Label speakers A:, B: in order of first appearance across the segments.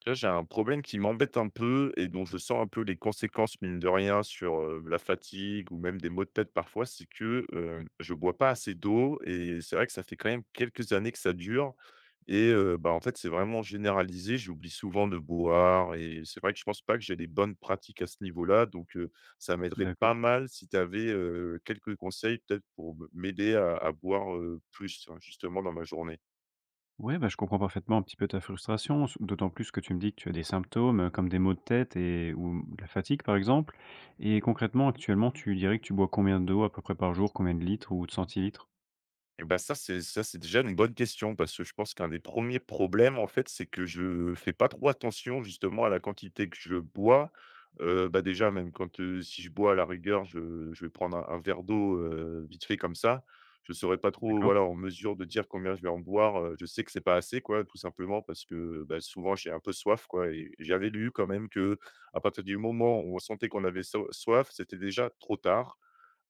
A: Tu vois, j'ai un problème qui m'embête un peu et dont je sens un peu les conséquences, mine de rien, sur la fatigue ou même des maux de tête parfois, c'est que je bois pas assez d'eau et c'est vrai que ça fait quand même quelques années que ça dure. Et bah, en fait, c'est vraiment généralisé. J'oublie souvent de boire. Et c'est vrai que je pense pas que j'ai des bonnes pratiques à ce niveau-là. Donc, ça m'aiderait
B: D'accord.
A: pas mal si tu avais quelques conseils peut-être pour m'aider à boire plus, hein, justement, dans ma journée.
B: Ouais, bah, je comprends parfaitement un petit peu ta frustration, d'autant plus que tu me dis que tu as des symptômes comme des maux de tête et ou de la fatigue par exemple. Et concrètement, actuellement, tu dirais que tu bois combien d'eau à peu près par jour, combien de litres ou de centilitres?
A: Et ben ça, c'est déjà une bonne question parce que je pense qu'un des premiers problèmes, en fait, c'est que je fais pas trop attention justement à la quantité que je bois. Bah, déjà même quand, si je bois à la rigueur, je vais prendre un verre d'eau, vite fait comme ça. Je serai pas trop,
B: D'accord?
A: voilà, en mesure de dire combien je vais en boire, je sais que c'est pas assez quoi, tout simplement parce que, bah, souvent j'ai un peu soif quoi et j'avais lu quand même que à partir du moment où on sentait qu'on avait soif, c'était déjà trop tard.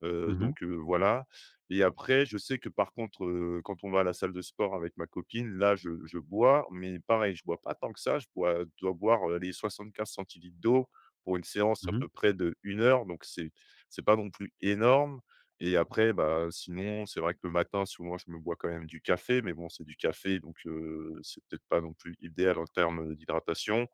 A: Heu,
B: Mhm,
A: donc heu, voilà. Et après je sais que par contre, quand on va à la salle de sport avec ma copine, là je bois, mais pareil, je bois pas tant que ça, je bois dois boire, les 75 centilitres d'eau pour une séance à
B: mhm,
A: peu près de une heure, donc c'est pas non plus énorme. Et après, bah, sinon, c'est vrai que le matin, souvent, je me bois quand même du café, mais bon, c'est du café, donc c'est peut-être pas non plus idéal en termes, d'hydratation.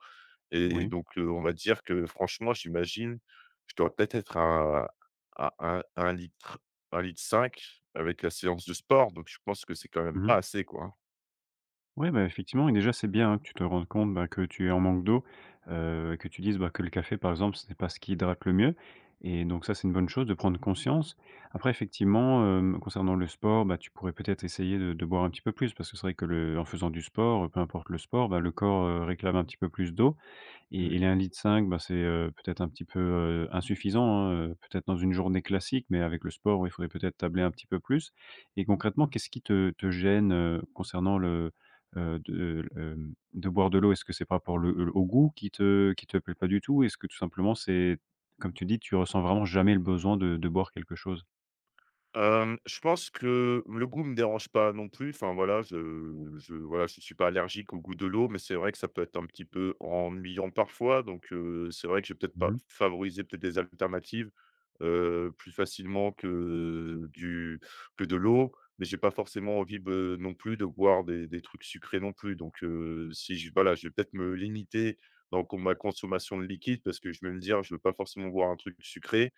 A: Et
B: oui.
A: donc, on va dire que franchement, j'imagine, je dois peut-être être à un litre, 1,5 litre cinq avec la séance de sport, donc je pense que c'est quand même
B: Mhm.
A: pas assez, quoi, hein.
B: Ouais, bah, effectivement et déjà, c'est bien, hein, que tu te rendes compte, bah, que tu es en manque d'eau, que tu dises, bah, que le café, par exemple, ce n'est pas ce qui hydrate le mieux et donc ça, c'est une bonne chose de prendre conscience. Après effectivement, concernant le sport, bah, tu pourrais peut-être essayer de boire un petit peu plus parce que c'est vrai que le en faisant du sport, peu importe le sport, bah, le corps, réclame un petit peu plus d'eau et
A: Mmh.
B: les 1,5 litre, bah, c'est, peut-être un petit peu, insuffisant, hein, peut-être dans une journée classique, mais avec le sport, oui, il faudrait peut-être tabler un petit peu plus. Et concrètement, qu'est-ce qui te gêne, concernant de boire de l'eau? Est-ce que c'est par rapport le au goût qui te plaît pas du tout? Est-ce que tout simplement c'est comme tu dis, tu ressens vraiment jamais le besoin de boire quelque chose?
A: Je pense que le goût me dérange pas non plus. Enfin voilà, je voilà, je suis pas allergique au goût de l'eau, mais c'est vrai que ça peut être un petit peu ennuyant parfois. Donc, c'est vrai que j'ai peut-être pas
B: Mmh.
A: favorisé peut-être des alternatives, plus facilement que du que de l'eau. Mais j'ai pas forcément envie be non plus de boire des trucs sucrés non plus. Donc, si je voilà, je vais peut-être me limiter dans con ma consommation de liquide parce que je vais me dire: «Je veux pas forcément boire un truc sucré».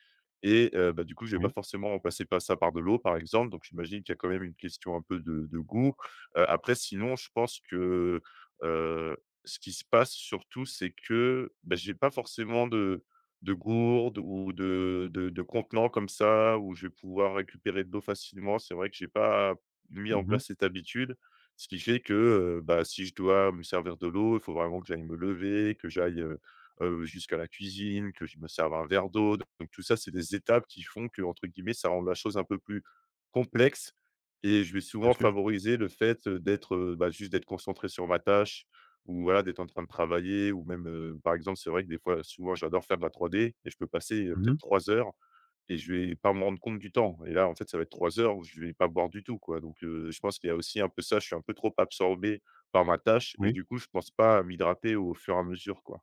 A: Et bah, du coup, je vais pas
B: Oui.
A: forcément remplacer pas ça par de l'eau, par exemple, donc j'imagine qu'il y a quand même une question un peu de goût. Après sinon, je pense que, heu, ce qui se passe surtout, c'est que, bah, j'ai pas forcément de gourde ou de contenant comme ça, où je vais pouvoir récupérer de l'eau facilement. C'est vrai que j'ai pas mis en
B: Mmh.
A: place cette habitude, ce qui fait que, bah, si je dois me servir de l'eau, il faut vraiment que j'aille me lever, que j'aille jusqu'à la cuisine, que je me serve un verre d'eau, donc tout ça, c'est des étapes qui font que entre guillemets, ça rend la chose un peu plus complexe et je vais
B: Bien
A: souvent
B: sûr.
A: favoriser le fait, d'être, bah, juste d'être concentré sur ma tâche ou voilà, d'être en train de travailler ou même, par exemple, c'est vrai que des fois, souvent, j'adore faire de la 3D et je peux passer,
B: Mmh.
A: peut-être 3 heures et je vais pas me rendre compte du temps et là, en fait, ça va être 3 heures où je vais pas boire du tout, quoi, donc je pense qu'il y a aussi un peu ça, je suis un peu trop absorbé par ma tâche et
B: Oui.
A: du coup, je pense pas à m'hydrater au fur et à mesure, quoi.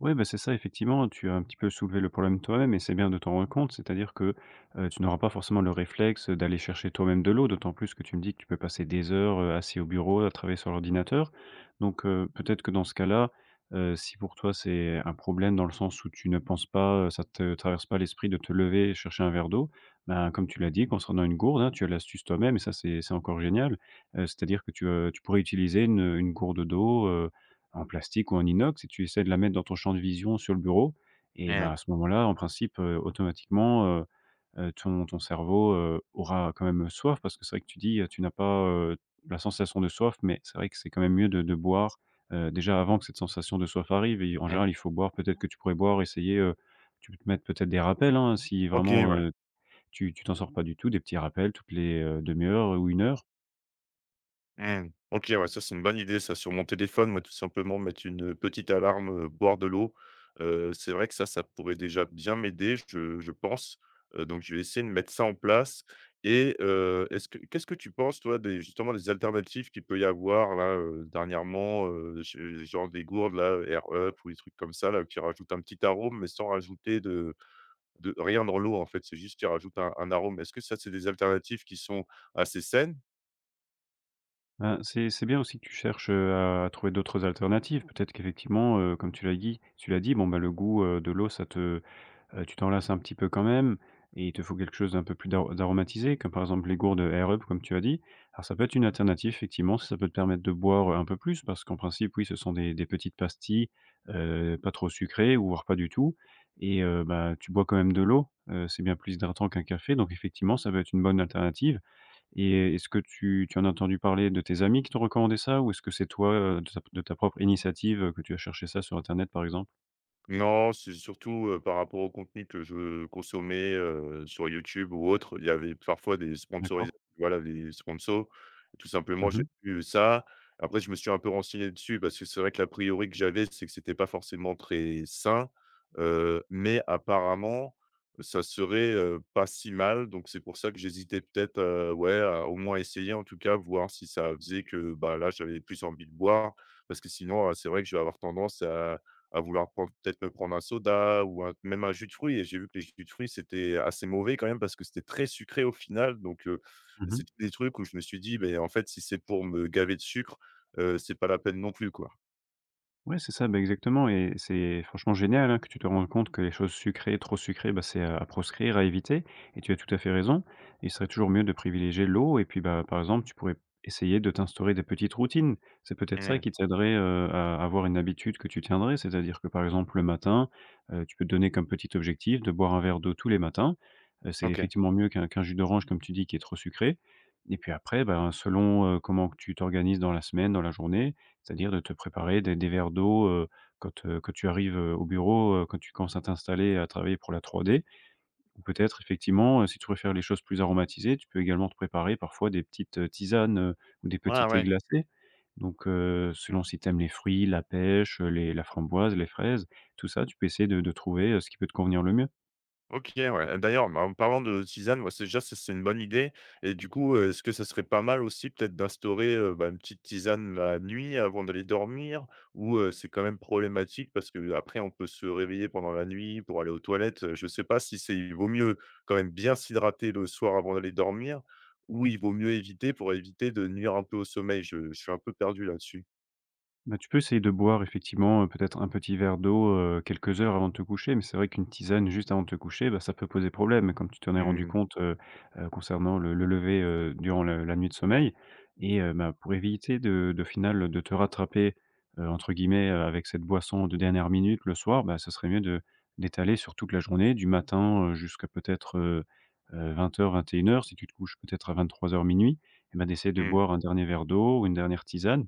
B: Ouais, bah, c'est ça effectivement, tu as un petit peu soulevé le problème toi-même et c'est bien de t'en rendre compte. C'est-à-dire que, tu n'auras pas forcément le réflexe, d'aller chercher toi-même de l'eau, d'autant plus que tu me dis que tu peux passer des heures, assis au bureau à travailler sur l'ordinateur. Donc, peut-être que dans ce cas-là, si pour toi c'est un problème dans le sens où tu ne penses pas, ça te traverse pas l'esprit de te lever et chercher un verre d'eau, ben, comme tu l'as dit, concernant une gourde, hein, tu as l'astuce toi-même et ça c'est encore génial. C'est-à-dire que tu pourrais utiliser une gourde d'eau, en plastique ou en inox et tu essaies de la mettre dans ton champ de vision sur le bureau et ben, à
A: Ouais,
B: ce moment-là, en principe, automatiquement, ton cerveau, aura quand même soif parce que c'est vrai que tu dis, tu n'as pas, la sensation de soif, mais c'est vrai que c'est quand même mieux de boire, déjà avant que cette sensation de soif arrive et en
A: ouais.
B: général, il faut boire peut-être que tu pourrais boire, essayer, tu peux te mettre peut-être des rappels, hein, si
A: OK,
B: vraiment,
A: ouais.
B: tu t'en sors pas du tout, des petits rappels toutes les, 1/2 ou une heure.
A: Mmh. OK, ouais, ça, c'est une bonne idée, ça. Sur mon téléphone, moi, tout simplement, mettre une petite alarme, boire de l'eau. C'est vrai que ça pourrait déjà bien m'aider, je pense. Donc je vais essayer de mettre ça en place et est-ce que qu'est-ce que tu penses, toi, des justement, des alternatives qu'il peut y avoir là, dernièrement, je genre des gourdes là, Air Up ou des trucs comme ça là, qui rajoutent un petit arôme mais sans rajouter de rien dans l'eau, en fait, c'est juste qu'ils rajoutent un arôme. Est-ce que ça, c'est des alternatives qui sont assez saines?
B: C'est bien aussi que tu cherches, à trouver d'autres alternatives. Peut-être qu'effectivement, comme tu l'as dit, bon, bah, le goût, de l'eau, ça te tu t'en lasses un petit peu quand même et il te faut quelque chose d'un peu plus d'aromatisé, comme par exemple les gourdes Air Up, comme tu as dit. Alors ça peut être une alternative effectivement, si ça peut te permettre de boire, un peu plus parce qu'en principe, oui, ce sont des petites pastilles, pas trop sucrées ou voire pas du tout et bah, tu bois quand même de l'eau, c'est bien plus hydratant qu'un café donc effectivement, ça peut être une bonne alternative et est-ce que tu en as entendu parler de tes amis qui t'ont recommandé ça? Ou est-ce que c'est toi, de ta propre initiative, que tu as cherché ça sur internet, par exemple?
A: Non, c'est surtout, par rapport au contenu que je consommais, sur YouTube ou autre. Il y avait parfois des
B: D'accord.
A: sponsorisa voilà, des sponsors. Tout simplement,
B: Mmh
A: j'ai
B: mh.
A: vu ça. Après, je me suis un peu renseigné dessus parce que c'est vrai que l'a priori que j'avais, c'est que c'était pas forcément très sain, mais apparemment, ça serait pas si mal. Donc c'est pour ça que j'hésitais peut-être, ouais, à au moins essayer en tout cas, voir si ça faisait que, bah, là, j'avais plus envie de boire. Parce que sinon, c'est vrai que je vais avoir tendance à vouloir prendre peut-être me prendre un soda ou un même un jus de fruits et j'ai vu que les jus de fruits, c'était assez mauvais quand même parce que c'était très sucré au final donc
B: Mmh.
A: c'est tous des trucs où je me suis dit: «Beh, en fait, si c'est pour me gaver de sucre, c'est pas la peine non plus, quoi».
B: Ouais, c'est ça, bah, exactement et c'est franchement génial, hein, que tu te rendes compte que les choses sucrées, trop sucrées, bah, c'est à proscrire, à éviter et tu as tout à fait raison. Il serait toujours mieux de privilégier l'eau et puis, bah, par exemple, tu pourrais essayer de t'instaurer des petites routines. C'est peut-être ça
A: Mmh.
B: qui t'aiderait, à avoir une habitude que tu tiendrais. C'est-à-dire que, par exemple, le matin, tu peux te donner comme petit objectif de boire un verre d'eau tous les matins. C'est
A: OK.
B: effectivement mieux qu'un jus d'orange, comme tu dis, qui est trop sucré et puis après, ben, selon, comment que tu t'organises dans la semaine, dans la journée, c'est-à-dire de te préparer des verres d'eau, quand tu arrives, au bureau, quand tu commences à t'installer, à travailler pour la 3D ou peut-être effectivement, si tu préfères les choses plus aromatisées, tu peux également te préparer parfois des petites, tisanes, ou des petits
A: Ouais,
B: thés
A: ouais.
B: glacés. Donc, selon si tu aimes les fruits, la pêche, les la framboise, les fraises, tout ça, tu peux essayer de trouver, ce qui peut te convenir le mieux.
A: OK, ouais. D'ailleurs, bah, en parlant de tisane, moi, c'est déjà, c'est une bonne idée et du coup, est-ce que ça serait pas mal aussi peut-être d'instaurer, bah, une petite tisane la nuit avant d'aller dormir? Ou, c'est quand même problématique parce que après on peut se réveiller pendant la nuit pour aller aux toilettes, je sais pas si c'est il vaut mieux quand même bien s'hydrater le soir avant d'aller dormir ou il vaut mieux éviter pour éviter de nuire un peu au sommeil? Je suis un peu perdu là-dessus.
B: Bah, tu peux essayer de boire effectivement, peut-être un petit verre d'eau, quelques heures avant de te coucher, mais c'est vrai qu'une tisane juste avant de te coucher, bah, ça peut poser problème, comme tu t'en es rendu
A: Mmh.
B: compte, concernant le lever, durant la nuit de sommeil et bah, pour éviter de final, de te «rattraper», entre guillemets, avec cette boisson de dernière minute le soir, bah, ce serait mieux de d'étaler sur toute la journée, du matin, jusqu'à peut-être, 20 h 21 h. Si tu te couches peut-être à 23 h minuit et ben d'essayer de
A: Mmh.
B: boire un dernier verre d'eau ou une dernière tisane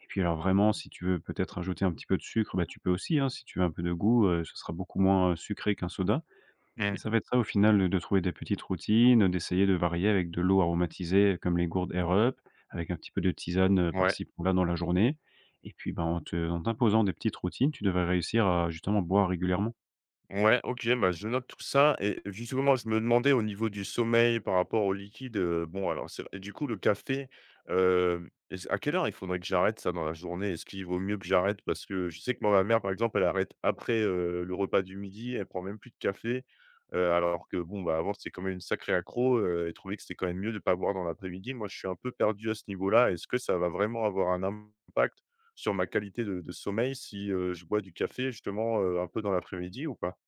B: et puis alors vraiment, si tu veux peut-être ajouter un petit peu de sucre, bah, tu peux aussi, hein. Si tu veux un peu de goût, ce sera beaucoup moins, sucré qu'un soda et
A: Mmh.
B: ça va être ça au final, de trouver des petites routines, d'essayer de varier avec de l'eau aromatisée comme les gourdes Air Up, avec un petit peu de tisane,
A: Ouais.
B: par-ci par-là dans la journée et puis, bah, en t'imposant des petites routines, tu devrais réussir à justement boire régulièrement.
A: Ouais, OK, bah, je note tout ça et justement, je me demandais au niveau du sommeil par rapport au liquide, bon alors c'est et du coup le café, est-ce à quelle heure il faudrait que j'arrête ça dans la journée? Est-ce qu'il vaut mieux que j'arrête? Parce que je sais que moi, ma mère, par exemple, elle arrête après le repas du midi, elle prend même plus de café, alors que bon, bah, avant c'était quand même une sacrée accro, elle trouvait que c'était quand même mieux de ne pas boire dans l'après-midi. Moi, je suis un peu perdu à ce niveau-là. Est-ce que ça va vraiment avoir un impact sur ma qualité de sommeil si je bois du café justement, un peu dans l'après-midi ou pas?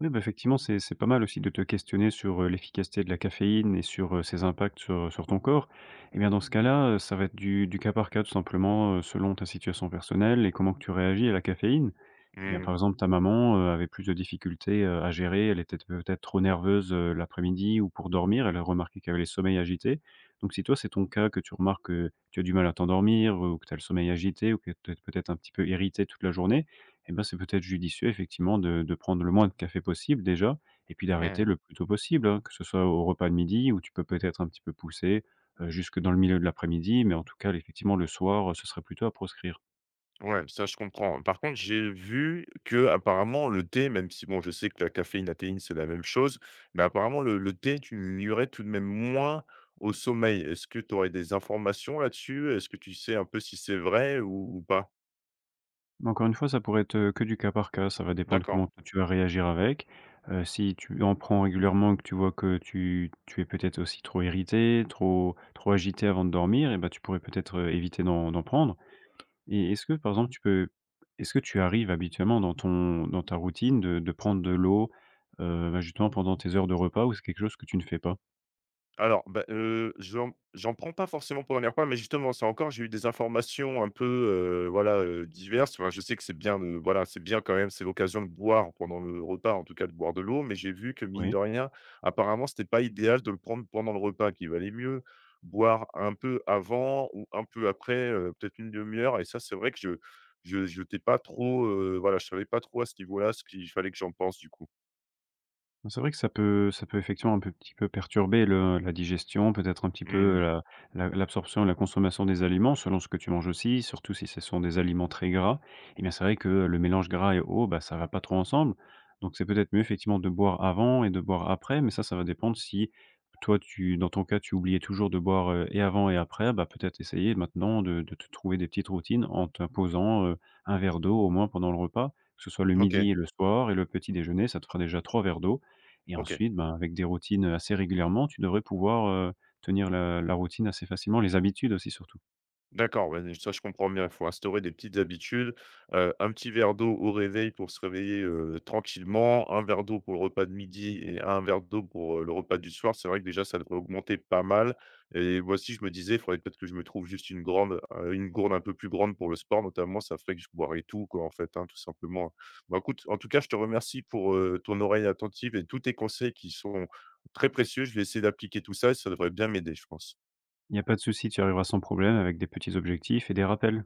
B: Oui, bah, effectivement, c'est pas mal aussi de te questionner sur, l'efficacité de la caféine et sur, ses impacts sur, ton corps et bien, dans ce cas-là, ça va être du cas par cas, tout simplement, selon ta situation personnelle et comment que tu réagis à la caféine. Eh bien, par
A: Mmh,
B: exemple, ta maman, avait plus de difficultés, à gérer. Elle était peut-être trop nerveuse, l'après-midi ou pour dormir. Elle a remarqué qu'elle avait les sommeils agités. Donc si toi, c'est ton cas, que tu remarques que tu as du mal à t'endormir, ou que tu as le sommeil agité, ou que tu es peut-être un petit peu irrité toute la journée, eh bien, c'est peut-être judicieux effectivement de prendre le moins de café possible déjà et puis d'arrêter
A: mmh.
B: le plus tôt possible, hein, que ce soit au repas de midi où tu peux peut-être un petit peu pousser, jusque dans le milieu de l'après-midi. Mais en tout cas, effectivement, le soir, ce serait plutôt à proscrire.
A: Ouais, ça je comprends. Par contre, j'ai vu que apparemment le thé, même si bon, je sais que la caféine, la théine, c'est la même chose, mais apparemment le thé, tu nuirais tout de même moins au sommeil. Est-ce que tu aurais des informations là-dessus? Est-ce que tu sais un peu si c'est vrai ou pas?
B: Mais encore une fois, ça pourrait être, que du cas par cas. Ça va dépendre
A: D'accord.
B: comment toi tu vas réagir avec. Si tu en prends régulièrement et que tu vois que tu es peut-être aussi trop irrité, trop agité avant de dormir et ben tu pourrais peut-être, éviter d'en prendre et est-ce que par exemple tu peux est-ce que tu arrives habituellement dans ton dans ta routine de prendre de l'eau, bah, justement pendant tes heures de repas ou c'est quelque chose que tu ne fais pas?
A: Alors, bah, j'en prends pas forcément pour la première fois, mais justement, c'est encore, j'ai eu des informations un peu, voilà, diverses. Enfin, je sais que c'est bien de voilà, c'est bien quand même, c'est l'occasion de boire pendant le repas, en tout cas de boire de l'eau, mais j'ai vu que mine
B: Oui.
A: de rien, apparemment, c'était pas idéal de le prendre pendant le repas, qu'il valait mieux boire un peu avant ou un peu après, peut-être une demi heure et ça, c'est vrai que je j'étais pas trop, voilà, je savais pas trop à ce niveau-là ce qu'il fallait que j'en pense du coup.
B: Bah, c'est vrai que ça peut effectivement un peu petit peu perturber le la digestion, peut-être un petit peu
A: Mmh.
B: la la l'absorption et la consommation des aliments selon ce que tu manges aussi, surtout si ce sont des aliments très gras et bien, c'est vrai que le mélange gras et eau, bah, ça va pas trop ensemble. Donc c'est peut-être mieux effectivement de boire avant et de boire après, mais ça va dépendre si toi tu dans ton cas, tu oubliais toujours de boire, et avant et après, bah, peut-être essayer maintenant de te trouver des petites routines en t'imposant, un verre d'eau au moins pendant le repas, que ce soit le
A: OK,
B: midi et le soir et le petit déjeuner, ça te fera déjà 3 verres d'eau. Et
A: OK.
B: ensuite, ben, avec des routines, assez régulièrement, tu devrais pouvoir, tenir la routine assez facilement, les habitudes aussi surtout.
A: D'accord, ouais, ça je comprends bien. Il faut instaurer des petites habitudes, un petit verre d'eau au réveil pour se réveiller, tranquillement, un verre d'eau pour le repas de midi et un verre d'eau pour le repas du soir. C'est vrai que déjà ça devrait augmenter pas mal et moi aussi je me disais: «Il faudrait peut-être que je me trouve juste une gourde un peu plus grande pour le sport notamment, ça ferait que je boirais tout quoi en fait, hein, tout simplement». Bah, écoute, en tout cas je te remercie pour ton oreille attentive et tous tes conseils qui sont très précieux. Je vais essayer d'appliquer tout ça et ça devrait bien m'aider, je pense.
B: Il n'y a pas de souci, tu arriveras sans problème avec des petits objectifs et des rappels.